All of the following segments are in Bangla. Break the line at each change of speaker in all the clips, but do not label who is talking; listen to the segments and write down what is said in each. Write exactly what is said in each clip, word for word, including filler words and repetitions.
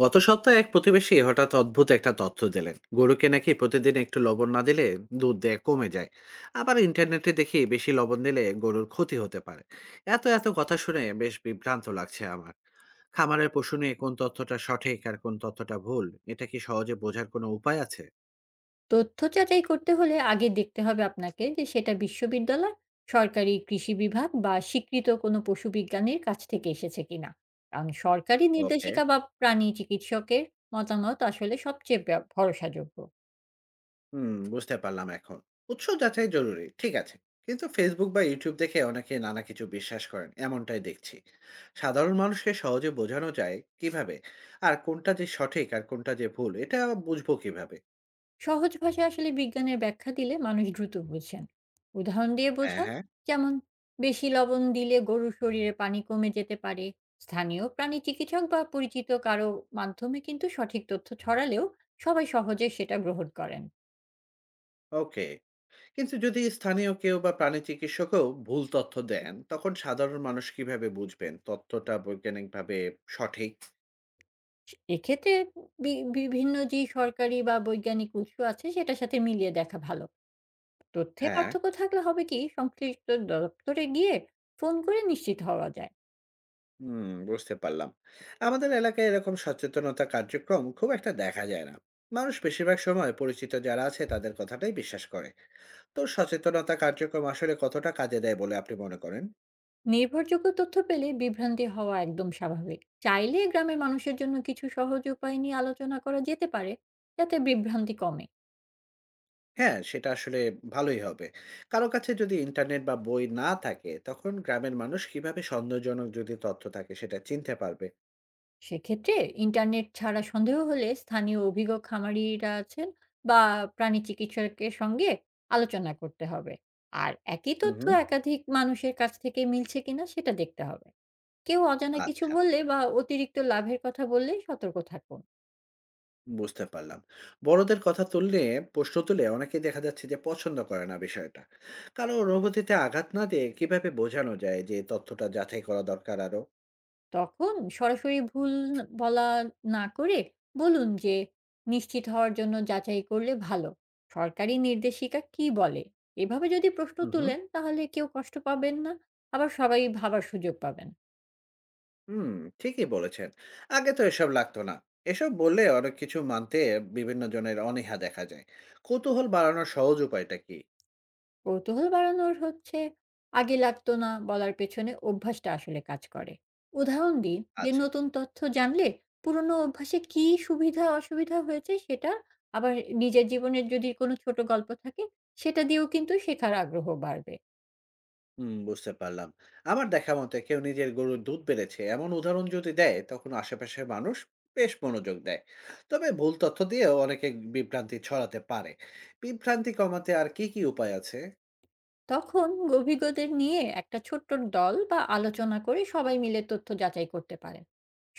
গত সপ্তাহে এক প্রতিবেশী হঠাৎ অদ্ভুত একটা তথ্য দিলেন, গরুকে নাকি প্রতিদিন একটু লবণ না দিলে দুধ দেয় কমে যায়। আবার ইন্টারনেটে দেখি বেশি লবণ দিলে গরুর ক্ষতি হতে পারে। এত এত কথা শুনে বেশ বিভ্রান্ত লাগছে আমার। খামারের পশু নিয়ে কোন তথ্যটা সঠিক আর কোন তথ্যটা ভুল, এটা কি সহজে বোঝার কোনো উপায় আছে?
তথ্য যাচাই করতে হলে আগে দেখতে হবে আপনাকে যে সেটা বিশ্ববিদ্যালয়, সরকারি কৃষি বিভাগ বা স্বীকৃত কোনো পশু বিজ্ঞানীর কাছ থেকে এসেছে কিনা। কারণ সরকারি
ওকে।
নির্দেশিকা বা প্রাণী চিকিৎসকের মতামত আসলে সবচেয়ে ব্য- ভরসাযোগ্য।
হুম, বুঝতে পারলাম এখন। উৎস যাচাই জরুরি, ঠিক আছে। কিন্তু ফেসবুক বা ইউটিউব দেখে অনেকে নানা কিছু বিশ্বাস করেন, এমনটাই দেখছি। সাধারণ মানুষকে সহজে বোঝানো যায় কিভাবে? আর কোনটা যে সঠিক আর কোনটা যে ভুল, এটা বুঝবো কিভাবে?
সহজ ভাষায় আসলে বিজ্ঞানের ব্যাখ্যা দিলে মানুষ দ্রুত বুঝেন। উদাহরণ দিয়ে
হ্যাঁ,
বোঝান,
হ্যাঁ।
যেমন বেশি লবণ দিলে গরুর শরীরে পানি কমে যেতে পারে। স্থানীয় প্রাণী চিকিৎসক বা পরিচিত কারো মাধ্যমে কিন্তু সঠিক তথ্য ছড়ালেও সবাই সহজে সেটা গ্রহণ করেন।
ওকে। কিন্তু যদি স্থানীয় কেউ বা প্রাণী চিকিৎসকও ভুল তথ্য দেন, তখন সাধারণ মানুষ কিভাবে বুঝবেন তথ্যটা বৈজ্ঞানিকভাবে সঠিক?
সে এক্ষেত্রে বি বিভিন্ন যেই সরকারি বা বৈজ্ঞানিক উৎস আছে সেটার সাথে মিলিয়ে দেখা ভালো। তথ্যে
হ্যাঁ।
পার্থক্য থাকলে হবে কি, সংশ্লিষ্ট দপ্তরে গিয়ে ফোন করে নিশ্চিত হওয়া যায়।
হুম, বুঝতে পারলাম। আমাদের এলাকায় এরকম সচেতনতা কার্যক্রম খুব একটা দেখা যায় না। মানুষ বেশিরভাগ সময় পরিচিত যারা আছে তাদের কথাটাই বিশ্বাস করে। তো সচেতনতা কার্যক্রম আসলে কতটা কাজে দেয় বলে আপনি মনে করেন?
নির্ভরযোগ্য তথ্য পেলে বিভ্রান্তি হওয়া একদম স্বাভাবিক। চাইলে গ্রামের মানুষের জন্য কিছু সহজ উপায় নিয়ে আলোচনা করা যেতে পারে, যাতে বিভ্রান্তি কমে।
হ্যাঁ, সেটা আসলে ভালোই হবে। কারো কাছে যদি ইন্টারনেট বা বই না থাকে, তখন গ্রামের মানুষ কিভাবে সন্দেহজনক যদি তথ্য থাকে সেটা চিনতে পারবে?
সেক্ষেত্রে ইন্টারনেট ছাড়া সন্দেহ হলে স্থানীয় অভিজ্ঞ খামারিরা আছেন বা প্রাণী চিকিৎসকের সঙ্গে আলোচনা করতে হবে। আর একই
হুম
তথ্য
হুম
একাধিক মানুষের কাছ থেকে মিলছে কিনা সেটা দেখতে হবে। কেউ অজানা কিছু
আচ্ছা,
বললে বা অতিরিক্ত লাভের কথা বললে সতর্ক থাকুন।
বুঝতে পারলাম। বড়দের কথা তুললে প্রশ্ন তুলে অনেকেই দেখা যাচ্ছে যে পছন্দ করে না বিষয়টা। কারো অনুভূতিতে আঘাত না দিয়ে কিভাবে বোঝানো যায় যে তথ্যটা যাচাই করা দরকার আরো?
তখন সরাসরি ভুল বলা না করে বলুন যে, নিশ্চিত হওয়ার জন্য যাচাই করলে ভালো, সরকারি নির্দেশিকা কি বলে। এভাবে যদি প্রশ্ন
হুম, হুম।
তুলেন তাহলে কেউ কষ্ট পাবেন না, আবার সবাই ভাবার সুযোগ পাবেন।
হুম, ঠিকই বলেছেন। আগে তো এসব লাগতো না। এসব বললে অনেক কিছু মানতে বিভিন্ন জনের অনীহা দেখা যায়। কৌতূহল বাড়ানোর সহজ উপায়টা কি?
কৌতূহল বাড়ানোর হচ্ছে, আগে লাগতো না বলার পেছনে অভ্যাসটা আসলে কাজ করে। উদাহরণ দিন যে
আচ্ছা।
নতুন তথ্য জানলে পুরনো অভ্যাসে কি সুবিধা অসুবিধা হয়েছে সেটা, আবার নিজের জীবনের যদি কোনো ছোট গল্প থাকে সেটা দিয়েও কিন্তু শেখার আগ্রহ বাড়বে।
হুম, বুঝতে পারলাম। আমার দেখা মতে কেউ নিজের গরুর দুধ বেড়েছে এমন উদাহরণ যদি দেয়, তখন আশেপাশের মানুষ বেশ মনোযোগ দেয়। তবে ভুল তথ্য দিয়েও অনেকে বিভ্রান্তি ছড়াতে পারে। বিভ্রান্তি কমাতে আর কি, কি উপায় আছে?
তখন অভিজ্ঞদের নিয়ে একটা ছোট্ট দল বা আলোচনা করে সবাই মিলে তথ্য যাচাই করতে পারেন।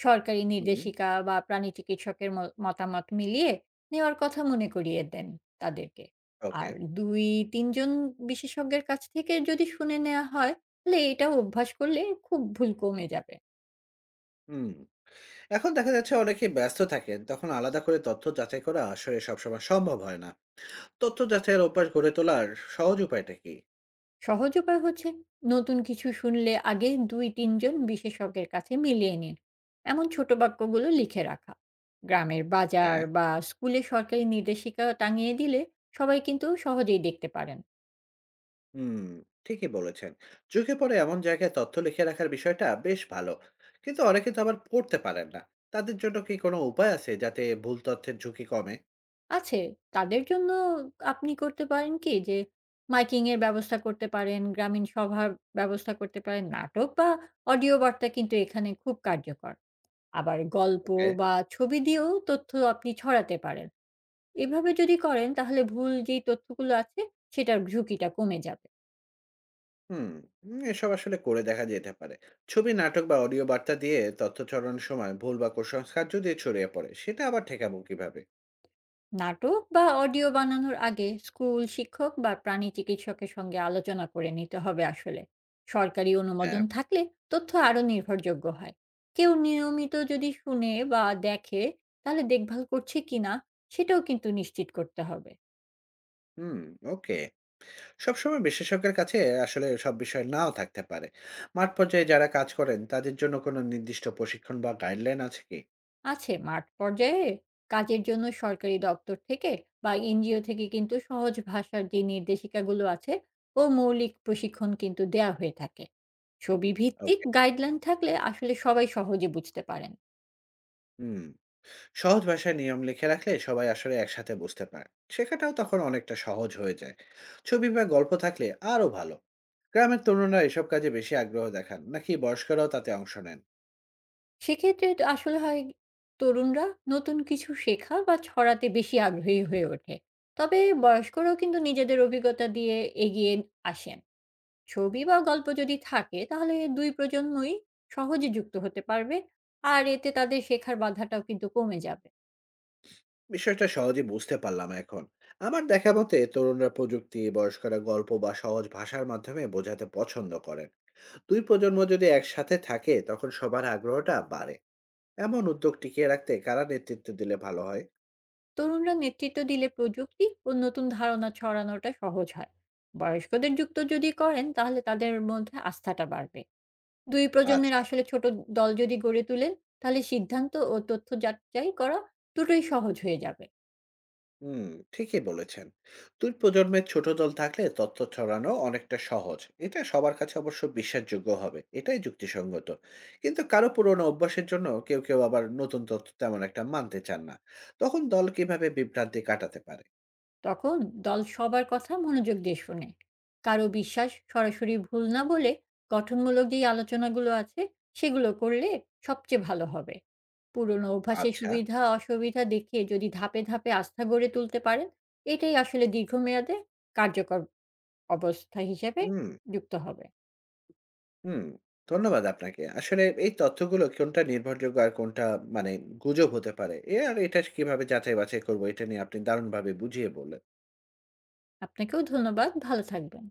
সরকারি
হুম,
নির্দেশিকা বা প্রাণী চিকিৎসকের ম- মতামত মিলিয়ে নেওয়ার কথা মনে করিয়ে দেন তাদেরকে।
ওকে।
আর দুই তিনজন বিশেষজ্ঞের কাছ থেকে যদি শুনে নেওয়া হয়, তাহলে এটা অভ্যাস করলে খুব ভুল কমে যাবে।
হুম। এখন দেখা যাচ্ছে অনেকেই ব্যস্ত থাকেন। তখন আলাদা করে তথ্য যাচাই করা আসলে সবসময় সম্ভব হয় না। তথ্য যাচাইয়ের অভ্যাস গড়ে তোলার সহজ উপায়টা কি?
সহজ উপায় হচ্ছে, নতুন কিছু শুনলে আগে দুই তিনজন বিশেষজ্ঞের কাছে মিলিয়ে নিন। এমন ছোট বাক্যগুলো লিখে রাখা, গ্রামের বাজার
হ্যাঁ।
বা স্কুলে সরকারি নির্দেশিকা টাঙিয়ে দিলে সবাই কিন্তু সহজেই দেখতে পারেন।
হুম, ঠিকই বলেছেন। চোখে পড়ে এমন জায়গায় তথ্য লিখে রাখার বিষয়টা বেশ ভালো। কিন্তু অনেকে তো আবার পড়তে পারেন না। তাদের জন্য কি কোনো উপায় আছে যাতে ভুল তথ্যের ঝুঁকি কমে?
আছে, তাদের জন্য আপনি করতে পারেন কি যে, মাইকিং এর ব্যবস্থা করতে পারেন, গ্রামীণ সভার ব্যবস্থা করতে পারেন, নাটক বা অডিও বার্তা কিন্তু এখানে খুব কার্যকর। আবার গল্প
ওকে।
বা ছবি দিয়েও তথ্য আপনি ছড়াতে পারেন। এভাবে যদি করেন তাহলে ভুল যেই তথ্যগুলো আছে সেটার ঝুঁকিটা কমে যাবে।
হুম। হুম, এসব আসলে করে দেখা যেতে পারে। ছবি নাটক বা অডিও বার্তা দিয়ে তথ্য ছড়ানোর সময় ভুল বা কুসংস্কার যদি ছড়িয়ে পড়ে, সেটা আবার ঠেকাবো কিভাবে?
নাটক বা অডিও বানানোর আগে স্কুল শিক্ষক বা প্রাণী চিকিৎসকের সঙ্গে আলোচনা করে নিতে হবে আসলে। সরকারি অনুমোদন
হ্যাঁ।
থাকলে তথ্য আরও নির্ভরযোগ্য হয়। কেউ নিয়মিত যদি শুনে বা দেখে তাহলে দেখভাল করছে কিনা সেটাও কিন্তু নিশ্চিত করতে হবে।
হুম। ওকে। সবসময় বিশেষজ্ঞের কাছে আসলে সব বিষয় নাও থাকতে পারে। মাঠ পর্যায়ে যারা কাজ করেন তাদের জন্য কোনো নির্দিষ্ট প্রশিক্ষণ বা গাইডলাইন আছে কি?
আছে, মাঠ পর্যায়ে কাজের জন্য সরকারি দপ্তর থেকে বা এনজিও থেকে কিন্তু সহজ ভাষার যে নির্দেশিকাগুলো আছে ও মৌলিক প্রশিক্ষণ কিন্তু দেয়া হয়ে থাকে। ছবি ভিত্তিক
ওকে।
গাইডলাইন থাকলে আসলে সবাই সহজে বুঝতে পারেন।
হুম। সহজ ভাষায় নিয়ম লিখে রাখলে সবাই আসলে একসাথে বুঝতে পারে। শেখাটাও তখন অনেকটা সহজ হয়ে যায়। ছবি বা গল্প থাকলে আরো ভালো। গ্রামের তরুণরা এসব কাজে বেশি আগ্রহ দেখান নাকি বয়স্করাও তাতে অংশ নেন?
সেক্ষেত্রে তো আসলে হয়, তরুণরা নতুন কিছু শেখা বা ছড়াতে বেশি আগ্রহী হয়ে ওঠে। তবে বয়স্করাও কিন্তু নিজেদের অভিজ্ঞতা দিয়ে এগিয়ে আসেন। ছবি বা গল্প যদি থাকে তাহলে দুই প্রজন্মই সহজে যুক্ত হতে পারবে, আর এতে তাদের শেখার বাধাটাও কিন্তু কমে যাবে।
বিষয়টা সহজে বুঝতে পারলাম এখন। আমার দেখা মতে তরুণরা প্রযুক্তি, বয়স্করা গল্প বা সহজ ভাষার মাধ্যমে বোঝাতে পছন্দ করেন। দুই প্রজন্ম যদি একসাথে থাকে তখন সবার আগ্রহটা বাড়ে। এমন উদ্যোগ টিকিয়ে রাখতে কারা নেতৃত্ব দিলে ভালো হয়?
তরুণরা নেতৃত্ব দিলে প্রযুক্তি ও নতুন ধারণা ছড়ানোটা সহজ হয়। বয়স্কদের যুক্ত যদি করেন তাহলে তাদের মধ্যে আস্থাটা বাড়বে। দুই প্রজন্মের
আচ্ছা।
আসলে ছোট দল যদি গড়ে তুলেন তাহলে সিদ্ধান্ত ও তথ্য যাচাই করা দুটোই সহজ হয়ে যাবে।
হুম, ঠিকই বলেছেন। দুই প্রজন্মের ছোট দল থাকলে তথ্য ছড়ানো অনেকটা সহজ। এটা সবার কাছে অবশ্য বিশ্বাসযোগ্য হবে, এটাই যুক্তিসঙ্গত। কিন্তু কারো পুরনো অভ্যাসের জন্য কেউ কেউ আবার নতুন তথ্য তেমন একটা মানতে চান না। তখন দল কিভাবে বিভ্রান্তি কাটাতে পারে?
তখন দল সবার কথা মনোযোগ দিয়ে শোনে, কারো বিশ্বাস সরাসরি ভুল না বলে গঠনমূলক যেই আলোচনাগুলো আছে সেগুলো করলে সবচেয়ে ভালো হবে। পুরনো অভ্যাসের
আচ্ছা।
সুবিধা অসুবিধা দেখে যদি ধাপে ধাপে আস্থা গড়ে তুলতে পারেন, এটাই আসলে দীর্ঘমেয়াদে কার্যকর অবস্থা হিসেবে
হুম।
যুক্ত হবে।
হুম, ধন্যবাদ আপনাকে। আসলে এই তথ্যগুলো কোনটা নির্ভরযোগ্য আর কোনটা, মানে, গুজব হতে পারে এ আর এটা কিভাবে যাচাই বাছাই করবো, এটা নিয়ে আপনি দারুণভাবে বুঝিয়ে বললেন।
আপনাকেও ধন্যবাদ, ভালো থাকবেন।